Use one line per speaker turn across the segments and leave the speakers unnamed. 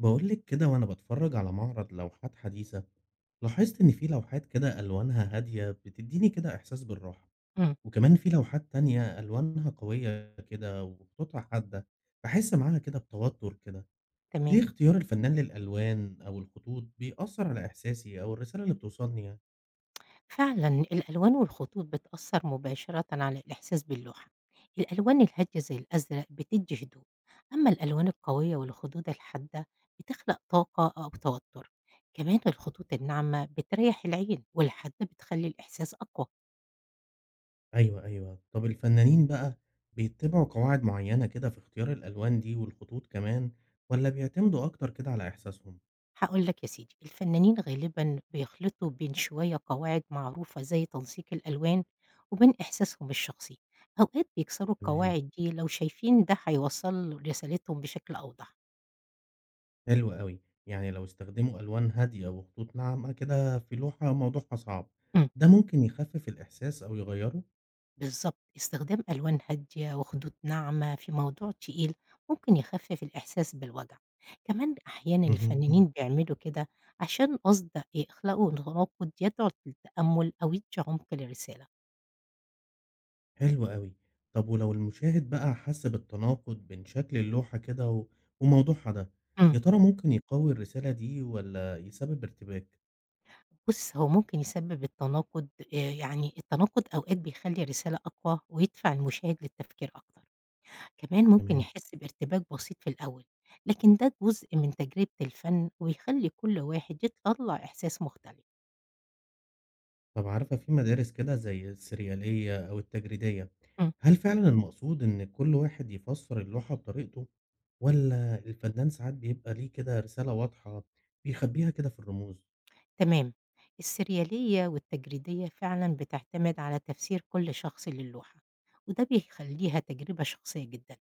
بقولك كده وأنا بتفرج على معرض لوحات حديثة. لاحظت إن في لوحات كده ألوانها هادية بتديني كده إحساس بالراحة.
إمم،
وكمان في لوحات تانية ألوانها قوية كده وخطوطها حادة، بحس معاها كده بتوتر كده.
تمام.
ليه اختيار الفنان للألوان أو الخطوط بيأثر على إحساسي أو الرسالة اللي بتوصلني يعني؟
فعلًا الألوان والخطوط بتأثّر مباشرةً على الإحساس باللوحة. الألوان الهادية زي الأزرق بتدّي هدوء، أمّا الألوان القوية والخدود الحادة بتخلق طاقة أو توتر. كمان الخطوط الناعمة بتريّح العين والحادة بتخلّي الإحساس أقوى.
أيوه، أيوه. طب الفنانين بقى بيتبعوا قواعد معينة كده في اختيار الألوان دي والخطوط كمان، ولا بيعتمدوا أكتر كده على إحساسهم؟
هاقول لك يا سيدي، الفنانين غالبًا بيخلطوا بين شوية قواعد معروفة زي تنسيق الألوان وبين إحساسهم الشخصي. أوقات بيكسروا
تمام.
القواعد دي لو شايفين ده هيوصّل رسالتهم بشكل أوضح.
حلو أوي، يعني لو استخدموا ألوان هادية وخطوط ناعمة كده في لوحة موضوعها صعب،
إمم،
ده ممكن يخفف الإحساس أو يغيّره؟
بالضبط، استخدام ألوان هادية وخدود ناعمة في موضوع تقيل ممكن يخفف الإحساس بالوجع، كمان أحيانًا الفنانين
اهم.
بيعملوا كده عشان قصد يخلقوا تناقض يدعو للتأمل أو يدّي عمق للرسالة.
حلو أوي، طب ولو المشاهد بقى حس بالتناقض بين شكل اللوحة كده وموضوعها ده،
إمم،
يا ترى ممكن يقوي الرسالة دي والّا يسبب ارتباك؟
بُص، هو ممكن يسبب التناقض. يعني التناقض أوقات بيخلي الرسالة أقوى ويدفع المشاهد للتفكير أكتر، كمان ممكن
تمام.
يحس بارتباك بسيط في الأول، لكن ده جزء من تجربة الفن ويخلي كل واحد يطلّع إحساس مختلف.
طب عارفة في مدارس كده زي السريالية أو التجريدية،
إمم.
هل فعلًا المقصود إن كل واحد يفسر اللوحة بطريقته، والّا الفنان ساعات بيبقى ليه كده رسالة واضحة بيخبيها كده في الرموز؟
تمام، السريالية والتجريدية فعلًا بتعتمد على تفسير كل شخص للوحة، وده بيخلّيها تجربة شخصية جدًا،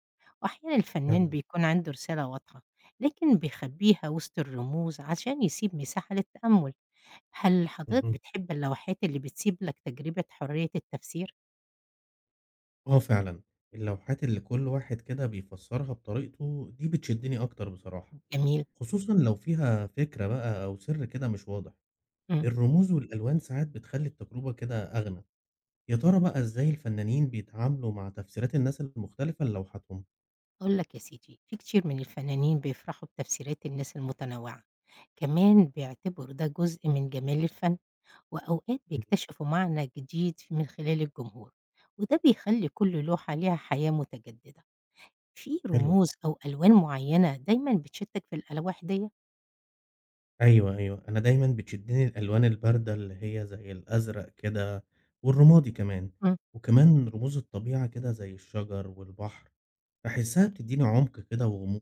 وأحيانًا الفنان
فعلا.
بيكون عنده رسالة واضحة، لكن بيخبّيها وسط الرموز عشان يسيب مساحة للتأمل. هل حضرتك
اهم.
بتحب اللوحات اللي بتسيب لك تجربة حرية التفسير؟
آه فعلًا، اللوحات اللي كل واحد كده بيفسرها بطريقته دي بتشدني أكتر بصراحة،
جميل،
خصوصًا لو فيها فكرة بقى أو سر كده مش واضح.
إمم،
الرموز والألوان ساعات بتخلي التجربة كده أغنى. يا ترى بقى إزاي الفنانين بيتعاملوا مع تفسيرات الناس المختلفة للوحاتهم؟
هاقول لك يا سيدي، في كتير من الفنانين بيفرحوا بتفسيرات الناس المتنوعة، كمان بيعتبروا ده جزء من جمال الفن. وأوقات
إمم.
بيكتشفوا معنى جديد من خلال الجمهور، وده بيخلي كل لوحة ليها حياة متجددة في
حلو
رموز
أوي.
أو ألوان معينة دايما بتشتك في الألواح دي.
أيوه، أيوه. أنا دايمًا بتشدّني الألوان الباردة اللي هي زي الأزرق كده والرمادي كمان،
مم.
وكمان رموز الطبيعة كده زي الشجر والبحر، باحسّها بتدّيني عُمق كده وغموض.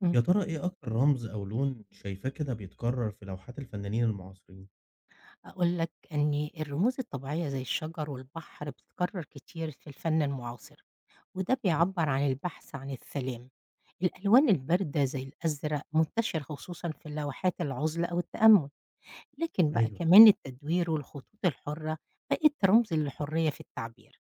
مم.
يا ترى إيه أكتر رمز أو لون شايفاه كده بيتكرّر في لوحات الفنانين المعاصرين؟
أقول لك أن الرموز الطبيعية زي الشجر والبحر بتتكرر كتير في الفن المعاصر، وده
إمم،
بيعبر عن البحث عن السلام. الألوان الباردة زي الأزرق منتشر خصوصا في لوحات العزلة أو التأمل، لكن بقى
أيوه، أيوه.
كمان التدوير والخطوط الحرة بقت رمز للحرية في التعبير.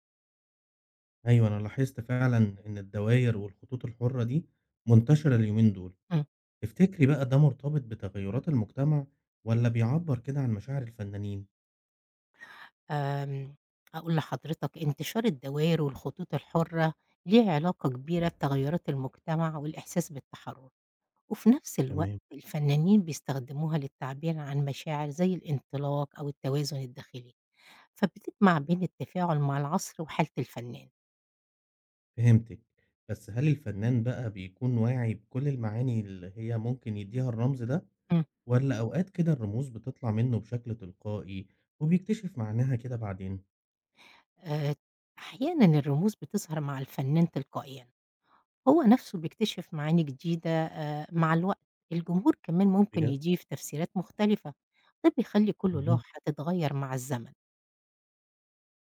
أيوه، أنا لاحظت فعلًا إن الدواير والخطوط الحُرّة دي منتشرة اليومين دول.
إمم.
تفتكري بقى ده مرتبط بتغيُّرات المجتمع والّا بيعبّر كده عن مشاعر الفنانين؟
آمم، هاقول لحضرتك انتشار الدوائر والخطوط الحرة ليه علاقة كبيرة بتغيرات المجتمع والإحساس بالتحرر، وفي نفس الوقت
تمام.
الفنانين بيستخدموها للتعبير عن مشاعر زي الانطلاق أو التوازن الداخلي، فبتجمع بين التفاعل مع العصر وحالة الفنان.
فهمتِك، بس هل الفنان بقى بيكون واعي بكل المعاني اللي هي ممكن يدّيها الرمز ده،
إمم.
والّا أوقات كده الرموز بتطلع منه بشكل تلقائي وبيكتشف معناها كده بعدين؟
آآ، أحيانًا الرموز بتظهر مع الفنان تلقائيًا. هو نَفْسه بيكتشف معاني جديدة مع الوقت، الجمهور كمان ممكن
بجد؟
يضيف تفسيرات مختلفة، ده بيخلّي كل
اهم،
لوحة تتغيّر مع الزمن.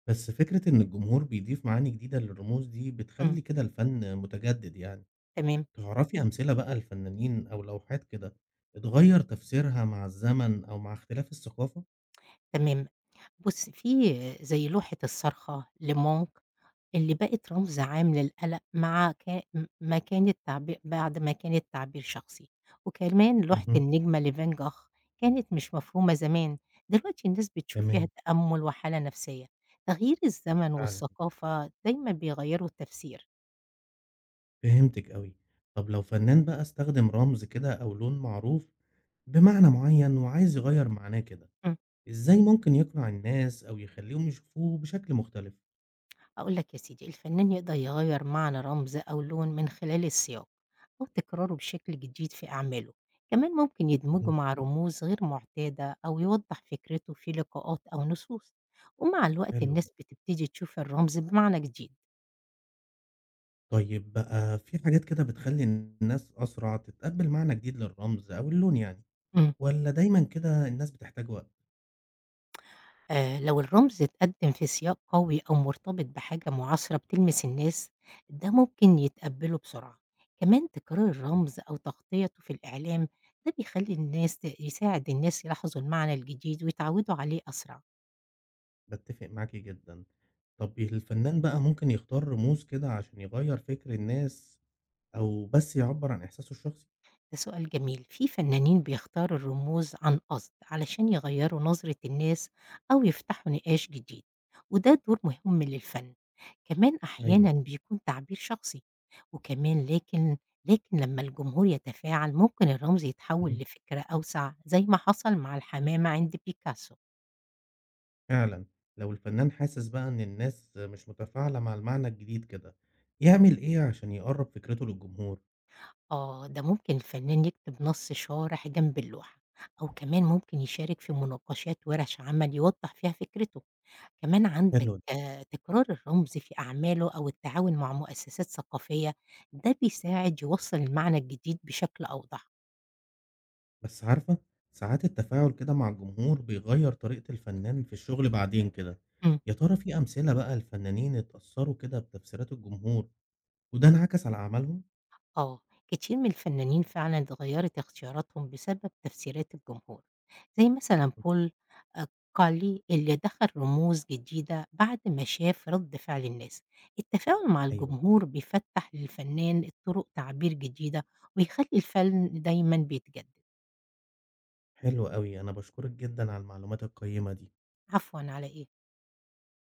بس فكرة إن الجمهور بيضيف معاني جديدة للرموز دي
إمم،
بتخلّي كده الفن متجدد يعني،
تمام،
تعرفي أمثلة بقى لفنانين أو لوحات كده اتغيّر تفسيرها مع الزمن أو مع اختلاف الثقافة؟
تمام. بُص، في زي لوحة الصرخة لMonk اللي بقت رمز عام للقلق مع ك ما كان التعبير بعد ما كان التعبير شخصي، وكمان لوحة
اهم.
النجمة لفان جاخ كانت مش مفهومة زمان، دلوقتي الناس بتشوف فيها
تمام.
تأمل وحالة نفسية، تغيير الزمن
فعلًا،
والثقافة دايمًا بيغيروا التفسير.
فهمتِك أوي. طب لو فنان بقى استخدم رمز كده أو لون معروف بمعنى معين وعايز يغيّر معناه كده،
إمم.
إزاي ممكن يقنع الناس أو يخلّيهم يشوفوه بشكل مختلف؟
هاقول لك يا سيدي، الفنان يقدر يغيّر معنى رمز أو لون من خلال السياق أو تكراره بشكل جديد في أعماله، كمان ممكن يدمجه
اهم.
مع رموز غير معتادة أو يوضّح فكرته في لقاءات أو نصوص، ومع الوقت
حلو أوي.
الناس بتبتدي تشوف الرمز بمعنى جديد.
طيب بقى في حاجات كده بتخلّي الناس أسرع تتقبّل معنى جديد للرمز أو اللون يعني،
إمم.
والّا دايمًا كده الناس بتحتاج وقت؟
لو الرمز اتقدّم في سياق قوي أو مرتبط بحاجة معاصرة بتلمس الناس، ده ممكن يتقبّله بسرعة. كمان تكرار
إمم.
الرمز أو تغطيته في الإعلام، ده بيخلّي الناس ت يساعد الناس يلاحظوا المعنى الجديد ويتعودوا عليه أسرع.
باتّفق معاكِ جدًا. طب الفنان بقى ممكن يختار رموز كده عشان يغيّر فِكر الناس أو بس يعبّر عن إحساسه الشخصي؟
ده سؤال جميل، في فنانين بيختاروا الرموز عن قصد علشان يغيّروا نظرة الناس أو يفتحوا نقاش جديد، وده دور مهم للفن. كمان أحيانًا
أيوه.
بيكون تعبير شخصي، وكمان لكن لمّا الجمهور يتفاعل ممكن الرمز يتحول
مهم.
لفكرة أوسع زي ما حصل مع الحمامة عند بيكاسو.
فعلًا، لو الفنان حاسس بقى إن الناس مش متفاعلة مع المعنى الجديد كده، يعمل إيه عشان يقرّب فكرته للجمهور؟
آه، ده ممكن الفنان يكتب نص شارح جنب اللوحة، أو كمان ممكن يشارك في مناقشات ورش عمل يوضح فيها فكرته. كمان عندك
حلو ده.
تكرار الرمز في أعماله أو التعاون مع مؤسسات ثقافية، ده بيساعد يوصّل المعنى الجديد بشكل أوضح.
بس عارفة، ساعات التفاعل كده مع الجمهور بيغيّر طريقة الفنان في الشغل بعدين كده،
إمم.
يا ترى في أمثلة بقى لفنانين اتأثّروا كده بتفسيرات الجمهور وده انعكس على أعمالهم؟
آه، كتير من الفنانين فعلًا اتغيّرت اختياراتهم بسبب تفسيرات الجمهور، زي مثلًا بول آآ كارلي اللي دخل رموز جديدة بعد ما شاف رد فعل الناس. التفاعل مع
أيوه.
الجمهور بيفتح للفنان طرق تعبير جديدة ويخلّي الفن دايمًا بيتجدد.
حلو أوي، أنا باشكرك جدًا على المعلومات القيّمة دي.
عفوًا على إيه؟